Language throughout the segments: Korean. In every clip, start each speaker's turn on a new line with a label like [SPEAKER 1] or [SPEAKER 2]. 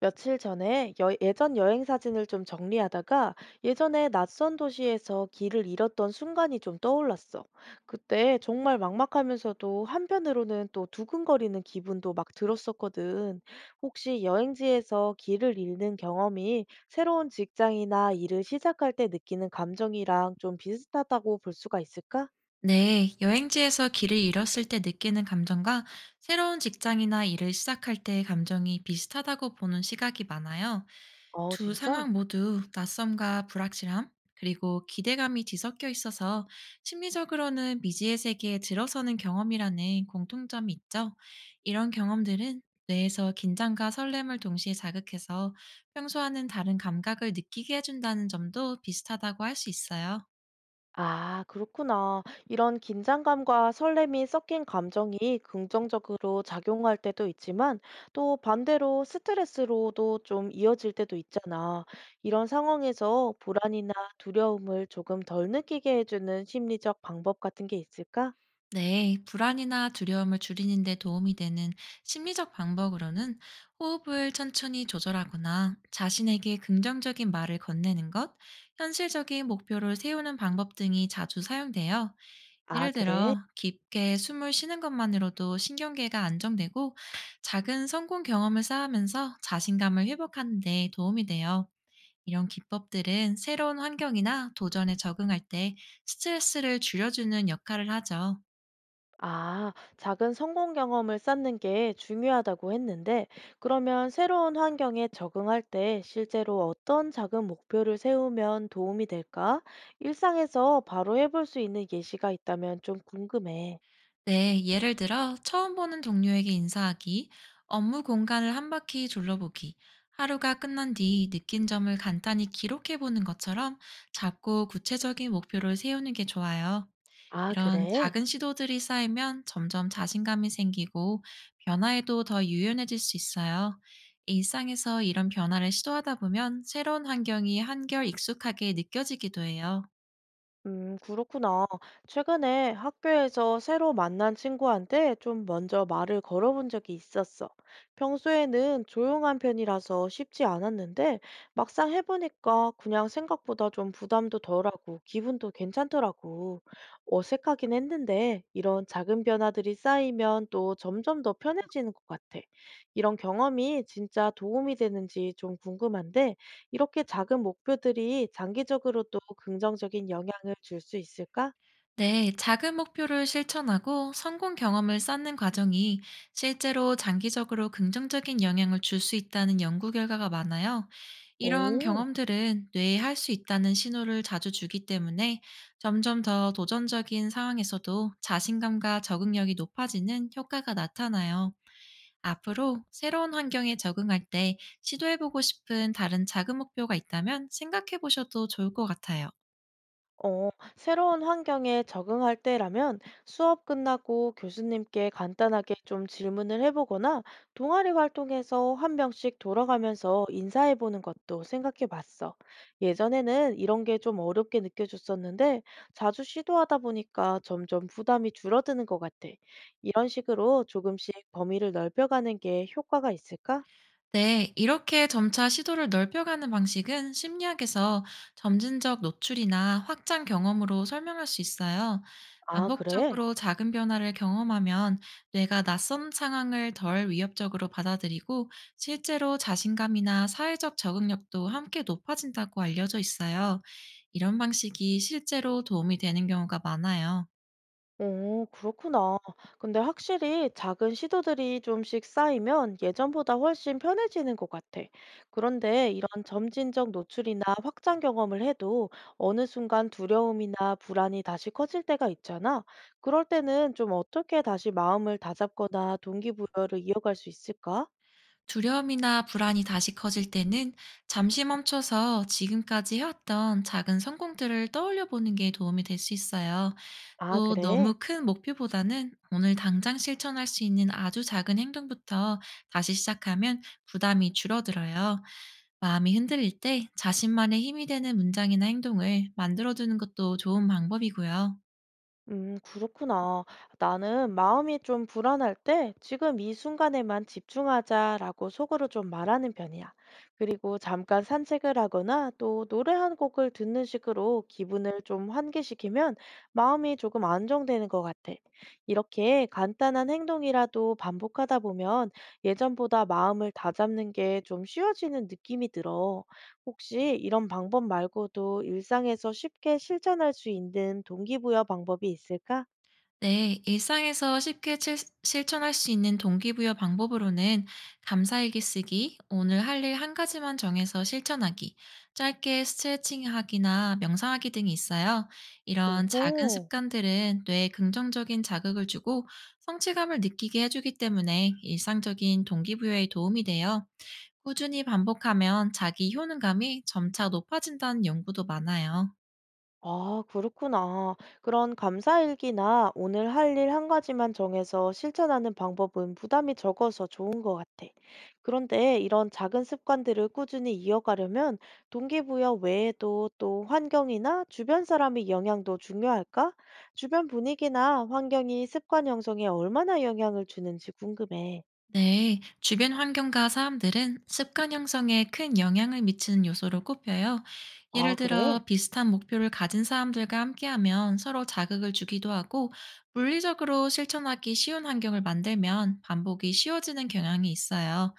[SPEAKER 1] 며칠 전에 예전 여행 사진을 좀 정리하다가 예전에 낯선 도시에서 길을 잃었던 순간이 좀 떠올랐어. 그때 정말 막막하면서도 한편으로는 또 두근거리는 기분도 막 들었었거든. 혹시 여행지에서 길을 잃는 경험이 새로운 직장이나 일을 시작할 때 느끼는 감정이랑 좀 비슷하다고 볼 수가 있을까?
[SPEAKER 2] 네, 여행지에서 길을 잃었을 때 느끼는 감정과 새로운 직장이나 일을 시작할 때의 감정이 비슷하다고 보는 시각이 많아요.
[SPEAKER 1] 어,
[SPEAKER 2] 두
[SPEAKER 1] 진짜?
[SPEAKER 2] 상황 모두 낯섦과 불확실함, 그리고 기대감이 뒤섞여 있어서 심리적으로는 미지의 세계에 들어서는 경험이라는 공통점이 있죠. 이런 경험들은 뇌에서 긴장과 설렘을 동시에 자극해서 평소와는 다른 감각을 느끼게 해준다는 점도 비슷하다고 할 수 있어요.
[SPEAKER 1] 아, 그렇구나. 이런 긴장감과 설렘이 섞인 감정이 긍정적으로 작용할 때도 있지만 또 반대로 스트레스로도 좀 이어질 때도 있잖아. 이런 상황에서 불안이나 두려움을 조금 덜 느끼게 해주는 심리적 방법 같은 게 있을까?
[SPEAKER 2] 네, 불안이나 두려움을 줄이는 데 도움이 되는 심리적 방법으로는 호흡을 천천히 조절하거나 자신에게 긍정적인 말을 건네는 것, 현실적인 목표를 세우는 방법 등이 자주 사용돼요.
[SPEAKER 1] 아,
[SPEAKER 2] 예를
[SPEAKER 1] 그래?
[SPEAKER 2] 들어, 깊게 숨을 쉬는 것만으로도 신경계가 안정되고 작은 성공 경험을 쌓으면서 자신감을 회복하는 데 도움이 돼요. 이런 기법들은 새로운 환경이나 도전에 적응할 때 스트레스를 줄여주는 역할을 하죠.
[SPEAKER 1] 아, 작은 성공 경험을 쌓는 게 중요하다고 했는데, 그러면 새로운 환경에 적응할 때 실제로 어떤 작은 목표를 세우면 도움이 될까? 일상에서 바로 해볼 수 있는 예시가 있다면 좀 궁금해.
[SPEAKER 2] 네, 예를 들어 처음 보는 동료에게 인사하기, 업무 공간을 한 바퀴 둘러보기, 하루가 끝난 뒤 느낀 점을 간단히 기록해 보는 것처럼 작고 구체적인 목표를 세우는 게 좋아요.
[SPEAKER 1] 아,
[SPEAKER 2] 이런
[SPEAKER 1] 그래?
[SPEAKER 2] 작은 시도들이 쌓이면 점점 자신감이 생기고 변화에도 더 유연해질 수 있어요. 일상에서 이런 변화를 시도하다 보면 새로운 환경이 한결 익숙하게 느껴지기도 해요.
[SPEAKER 1] 그렇구나. 최근에 학교에서 새로 만난 친구한테 좀 먼저 말을 걸어본 적이 있었어. 평소에는 조용한 편이라서 쉽지 않았는데 막상 해보니까 그냥 생각보다 좀 부담도 덜하고 기분도 괜찮더라고. 어색하긴 했는데 이런 작은 변화들이 쌓이면 또 점점 더 편해지는 것 같아. 이런 경험이 진짜 도움이 되는지 좀 궁금한데 이렇게 작은 목표들이 장기적으로도 긍정적인 영향을 줄 수 있을까?
[SPEAKER 2] 네, 작은 목표를 실천하고 성공 경험을 쌓는 과정이 실제로 장기적으로 긍정적인 영향을 줄 수 있다는 연구 결과가 많아요. 이런
[SPEAKER 1] 오,
[SPEAKER 2] 경험들은 뇌에 할 수 있다는 신호를 자주 주기 때문에 점점 더 도전적인 상황에서도 자신감과 적응력이 높아지는 효과가 나타나요. 앞으로 새로운 환경에 적응할 때 시도해보고 싶은 다른 작은 목표가 있다면 생각해보셔도 좋을 것 같아요.
[SPEAKER 1] 어, 새로운 환경에 적응할 때라면 수업 끝나고 교수님께 간단하게 좀 질문을 해보거나 동아리 활동에서 한 명씩 돌아가면서 인사해보는 것도 생각해봤어. 예전에는 이런 게 좀 어렵게 느껴졌었는데 자주 시도하다 보니까 점점 부담이 줄어드는 것 같아. 이런 식으로 조금씩 범위를 넓혀가는 게 효과가 있을까?
[SPEAKER 2] 네, 이렇게 점차 시도를 넓혀가는 방식은 심리학에서 점진적 노출이나 확장 경험으로 설명할 수 있어요.
[SPEAKER 1] 아, 그래?
[SPEAKER 2] 반복적으로 작은 변화를 경험하면 뇌가 낯선 상황을 덜 위협적으로 받아들이고 실제로 자신감이나 사회적 적응력도 함께 높아진다고 알려져 있어요. 이런 방식이 실제로 도움이 되는 경우가 많아요.
[SPEAKER 1] 오, 그렇구나. 근데 확실히 작은 시도들이 좀씩 쌓이면 예전보다 훨씬 편해지는 것 같아. 그런데 이런 점진적 노출이나 확장 경험을 해도 어느 순간 두려움이나 불안이 다시 커질 때가 있잖아. 그럴 때는 좀 어떻게 다시 마음을 다잡거나 동기부여를 이어갈 수 있을까?
[SPEAKER 2] 두려움이나 불안이 다시 커질 때는 잠시 멈춰서 지금까지 해왔던 작은 성공들을 떠올려 보는 게 도움이 될 수 있어요.
[SPEAKER 1] 아,
[SPEAKER 2] 또 너무
[SPEAKER 1] 그래?
[SPEAKER 2] 큰 목표보다는 오늘 당장 실천할 수 있는 아주 작은 행동부터 다시 시작하면 부담이 줄어들어요. 마음이 흔들릴 때 자신만의 힘이 되는 문장이나 행동을 만들어두는 것도 좋은 방법이고요.
[SPEAKER 1] 그렇구나. 나는 마음이 좀 불안할 때 지금 이 순간에만 집중하자라고 속으로 좀 말하는 편이야. 그리고 잠깐 산책을 하거나 또 노래 한 곡을 듣는 식으로 기분을 좀 환기시키면 마음이 조금 안정되는 것 같아. 이렇게 간단한 행동이라도 반복하다 보면 예전보다 마음을 다잡는 게 좀 쉬워지는 느낌이 들어. 혹시 이런 방법 말고도 일상에서 쉽게 실천할 수 있는 동기부여 방법이 있을까?
[SPEAKER 2] 네, 일상에서 쉽게 실천할 수 있는 동기부여 방법으로는 감사일기 쓰기, 오늘 할 일 한 가지만 정해서 실천하기, 짧게 스트레칭하기나 명상하기 등이 있어요. 이런 작은
[SPEAKER 1] 오호.
[SPEAKER 2] 습관들은 뇌에 긍정적인 자극을 주고 성취감을 느끼게 해주기 때문에 일상적인 동기부여에 도움이 돼요. 꾸준히 반복하면 자기 효능감이 점차 높아진다는 연구도 많아요.
[SPEAKER 1] 아, 그렇구나. 그런 감사일기나 오늘 할 일 한 가지만 정해서 실천하는 방법은 부담이 적어서 좋은 것 같아. 그런데 이런 작은 습관들을 꾸준히 이어가려면 동기부여 외에도 또 환경이나 주변 사람의 영향도 중요할까? 주변 분위기나 환경이 습관 형성에 얼마나 영향을 주는지 궁금해.
[SPEAKER 2] 네, 주변 환경과 사람들은 습관 형성에 큰 영향을 미치는 요소로 꼽혀요. 예를
[SPEAKER 1] 아, 그래?
[SPEAKER 2] 들어, 비슷한 목표를 가진 사람들과 함께하면 서로 자극을 주기도 하고, 물리적으로 실천하기 쉬운 환경을 만들면 반복이 쉬워지는 경향이 있어요.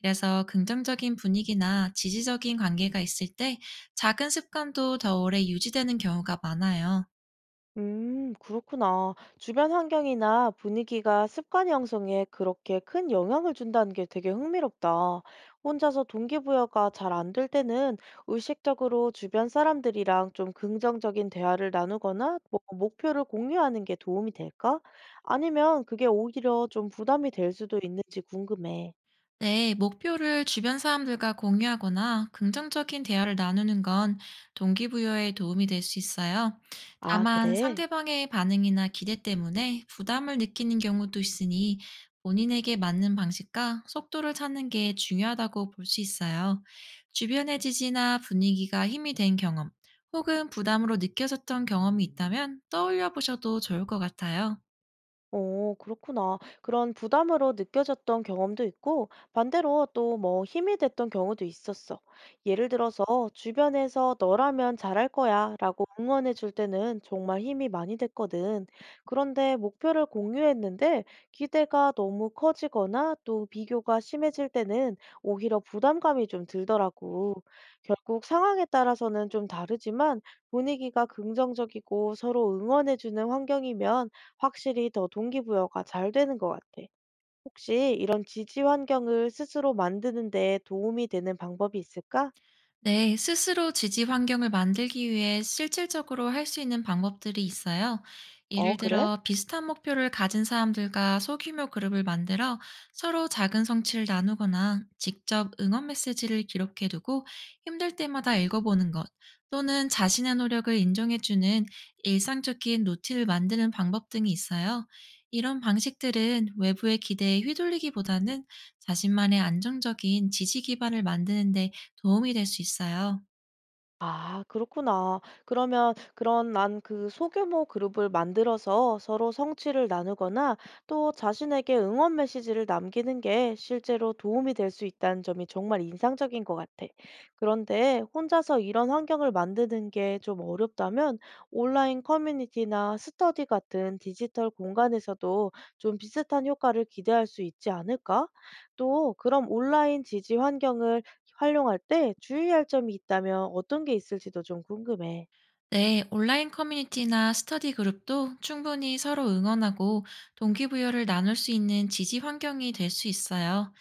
[SPEAKER 2] 그래서 긍정적인 분위기나 지지적인 관계가 있을 때 작은 습관도 더 오래 유지되는 경우가 많아요.
[SPEAKER 1] 그렇구나. 주변 환경이나 분위기가 습관 형성에 그렇게 큰 영향을 준다는 게 되게 흥미롭다. 혼자서 동기부여가 잘 안 될 때는 의식적으로 주변 사람들이랑 좀 긍정적인 대화를 나누거나 뭐 목표를 공유하는 게 도움이 될까? 아니면 그게 오히려 좀 부담이 될 수도 있는지 궁금해.
[SPEAKER 2] 네, 목표를 주변 사람들과 공유하거나 긍정적인 대화를 나누는 건 동기부여에 도움이 될 수 있어요.
[SPEAKER 1] 아,
[SPEAKER 2] 다만
[SPEAKER 1] 그래?
[SPEAKER 2] 상대방의 반응이나 기대 때문에 부담을 느끼는 경우도 있으니 본인에게 맞는 방식과 속도를 찾는 게 중요하다고 볼 수 있어요. 주변의 지지나 분위기가 힘이 된 경험, 혹은 부담으로 느껴졌던 경험이 있다면 떠올려 보셔도 좋을 것 같아요.
[SPEAKER 1] 어, 그렇구나. 그런 부담으로 느껴졌던 경험도 있고, 반대로 또 뭐 힘이 됐던 경우도 있었어. 예를 들어서 주변에서 너라면 잘할 거야 라고 응원해 줄 때는 정말 힘이 많이 됐거든. 그런데 목표를 공유했는데 기대가 너무 커지거나 또 비교가 심해질 때는 오히려 부담감이 좀 들더라고. 결국 상황에 따라서는 좀 다르지만 분위기가 긍정적이고 서로 응원해 주는 환경이면 확실히 더 동기부여가 잘 되는 것 같아. 혹시 이런 지지 환경을 스스로 만드는 데 도움이 되는 방법이 있을까?
[SPEAKER 2] 네, 스스로 지지 환경을 만들기 위해 실질적으로 할 수 있는 방법들이 있어요.
[SPEAKER 1] 어,
[SPEAKER 2] 예를
[SPEAKER 1] 그래?
[SPEAKER 2] 들어 비슷한 목표를 가진 사람들과 소규모 그룹을 만들어 서로 작은 성취를 나누거나 직접 응원 메시지를 기록해 두고 힘들 때마다 읽어보는 것, 또는 자신의 노력을 인정해주는 일상적인 루틴을 만드는 방법 등이 있어요. 이런 방식들은 외부의 기대에 휘둘리기보다는 자신만의 안정적인 지지 기반을 만드는데 도움이 될 수 있어요.
[SPEAKER 1] 아, 그렇구나. 그러면 그런 난 그 소규모 그룹을 만들어서 서로 성취를 나누거나 또 자신에게 응원 메시지를 남기는 게 실제로 도움이 될 수 있다는 점이 정말 인상적인 것 같아. 그런데 혼자서 이런 환경을 만드는 게 좀 어렵다면 온라인 커뮤니티나 스터디 같은 디지털 공간에서도 좀 비슷한 효과를 기대할 수 있지 않을까? 또 그럼 온라인 지지 환경을 활용할 때 주의할 점이 있다면 어떤 게 있을지도 좀 궁금해.
[SPEAKER 2] 네, 온라인 커뮤니티나 스터디 그룹도 충분히 서로 응원하고 동기부여를 나눌 수 있는 지지 환경이 될 수 있어요.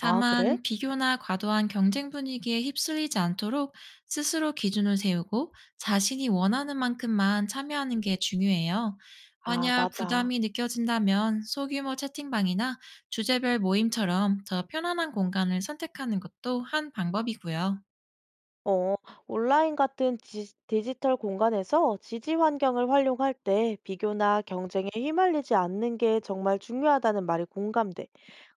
[SPEAKER 1] 아, 그래?
[SPEAKER 2] 비교나 과도한 경쟁 분위기에 휩쓸리지 않도록 스스로 기준을 세우고 자신이 원하는 만큼만 참여하는 게 중요해요.
[SPEAKER 1] 아,
[SPEAKER 2] 만약
[SPEAKER 1] 맞아.
[SPEAKER 2] 부담이 느껴진다면 소규모 채팅방이나 주제별 모임처럼 더 편안한 공간을 선택하는 것도 한 방법이고요.
[SPEAKER 1] 어, 온라인 같은 디지털 공간에서 지지 환경을 활용할 때 비교나 경쟁에 휘말리지 않는 게 정말 중요하다는 말이 공감돼.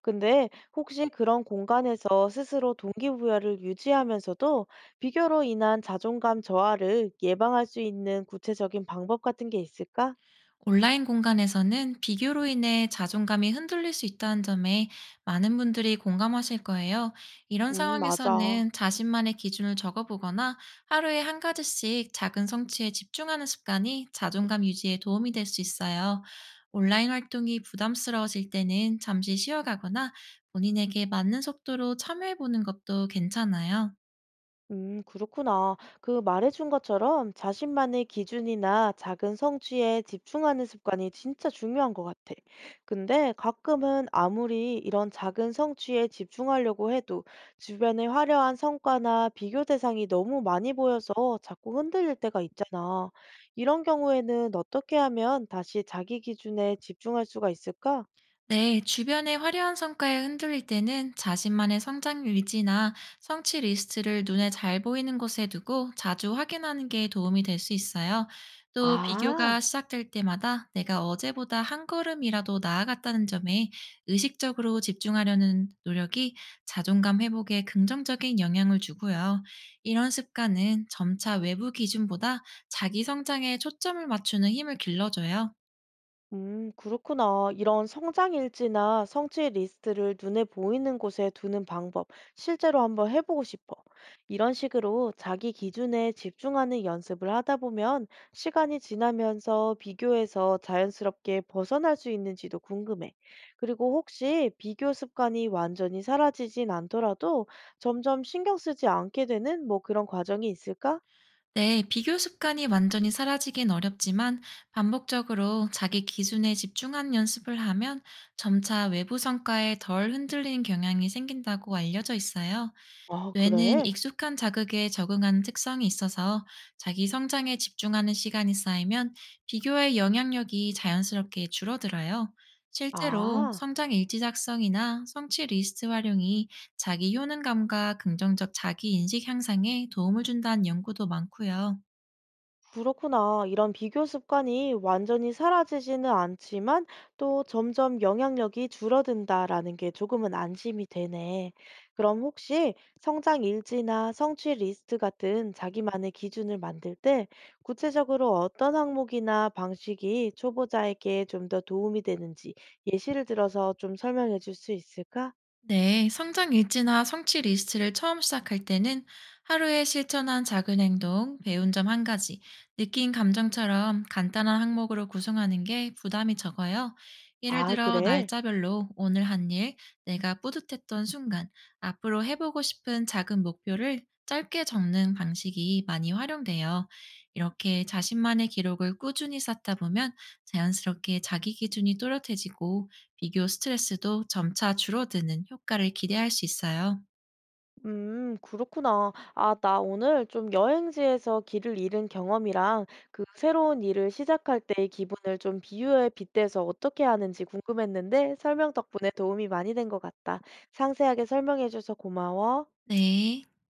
[SPEAKER 1] 근데 혹시 그런 공간에서 스스로 동기부여를 유지하면서도 비교로 인한 자존감 저하를 예방할 수 있는 구체적인 방법 같은 게 있을까?
[SPEAKER 2] 온라인 공간에서는 비교로 인해 자존감이 흔들릴 수 있다는 점에 많은 분들이 공감하실 거예요. 이런
[SPEAKER 1] 맞아.
[SPEAKER 2] 상황에서는 자신만의 기준을 적어보거나 하루에 한 가지씩 작은 성취에 집중하는 습관이 자존감 유지에 도움이 될 수 있어요. 온라인 활동이 부담스러워질 때는 잠시 쉬어가거나 본인에게 맞는 속도로 참여해보는 것도 괜찮아요.
[SPEAKER 1] 그렇구나. 그 말해준 것처럼 자신만의 기준이나 작은 성취에 집중하는 습관이 진짜 중요한 것 같아. 근데 가끔은 아무리 이런 작은 성취에 집중하려고 해도 주변의 화려한 성과나 비교 대상이 너무 많이 보여서 자꾸 흔들릴 때가 있잖아. 이런 경우에는 어떻게 하면 다시 자기 기준에 집중할 수가 있을까?
[SPEAKER 2] 네, 주변의 화려한 성과에 흔들릴 때는 자신만의 성장 의지나 성취 리스트를 눈에 잘 보이는 곳에 두고 자주 확인하는 게 도움이 될 수 있어요. 또
[SPEAKER 1] 아.
[SPEAKER 2] 비교가 시작될 때마다 내가 어제보다 한 걸음이라도 나아갔다는 점에 의식적으로 집중하려는 노력이 자존감 회복에 긍정적인 영향을 주고요. 이런 습관은 점차 외부 기준보다 자기 성장에 초점을 맞추는 힘을 길러줘요.
[SPEAKER 1] 그렇구나. 이런 성장일지나 성취 리스트를 눈에 보이는 곳에 두는 방법, 실제로 한번 해보고 싶어. 이런 식으로 자기 기준에 집중하는 연습을 하다 보면 시간이 지나면서 비교해서 자연스럽게 벗어날 수 있는지도 궁금해. 그리고 혹시 비교 습관이 완전히 사라지진 않더라도 점점 신경 쓰지 않게 되는 뭐 그런 과정이 있을까?
[SPEAKER 2] 네, 비교 습관이 완전히 사라지긴 어렵지만 반복적으로 자기 기준에 집중한 연습을 하면 점차 외부 성과에 덜 흔들리는 경향이 생긴다고 알려져 있어요.
[SPEAKER 1] 아,
[SPEAKER 2] 뇌는
[SPEAKER 1] 그래?
[SPEAKER 2] 익숙한 자극에 적응하는 특성이 있어서 자기 성장에 집중하는 시간이 쌓이면 비교의 영향력이 자연스럽게 줄어들어요. 실제로
[SPEAKER 1] 아.
[SPEAKER 2] 성장 일지작성이나 성취 리스트 활용이 자기 효능감과 긍정적 자기 인식 향상에 도움을 준다는 연구도 많고요.
[SPEAKER 1] 그렇구나. 이런 비교 습관이 완전히 사라지지는 않지만 또 점점 영향력이 줄어든다라는 게 조금은 안심이 되네. 그럼 혹시 성장 일지나 성취 리스트 같은 자기만의 기준을 만들 때 구체적으로 어떤 항목이나 방식이 초보자에게 좀 더 도움이 되는지 예시를 들어서 좀 설명해 줄 수 있을까?
[SPEAKER 2] 네, 성장 일지나 성취 리스트를 처음 시작할 때는 하루에 실천한 작은 행동, 배운 점 한 가지, 느낀 감정처럼 간단한 항목으로 구성하는 게 부담이 적어요. 예를
[SPEAKER 1] 아,
[SPEAKER 2] 들어,
[SPEAKER 1] 그래.
[SPEAKER 2] 날짜별로 오늘 한 일, 내가 뿌듯했던 순간, 앞으로 해보고 싶은 작은 목표를 짧게 적는 방식이 많이 활용돼요. 이렇게 자신만의 기록을 꾸준히 쌓다 보면 자연스럽게 자기 기준이 또렷해지고 비교 스트레스도 점차 줄어드는 효과를 기대할 수 있어요.
[SPEAKER 1] 그렇구나. 아, 나 오늘 좀 여행지에서 길을 잃은 경험이랑 그 새로운 일을 시작할 때의 기분을 좀 비유에 빗대서 어떻게 하는지 궁금했는데 설명 덕분에 도움이 많이 된 것 같다. 상세하게 설명해줘서 고마워.
[SPEAKER 2] 네.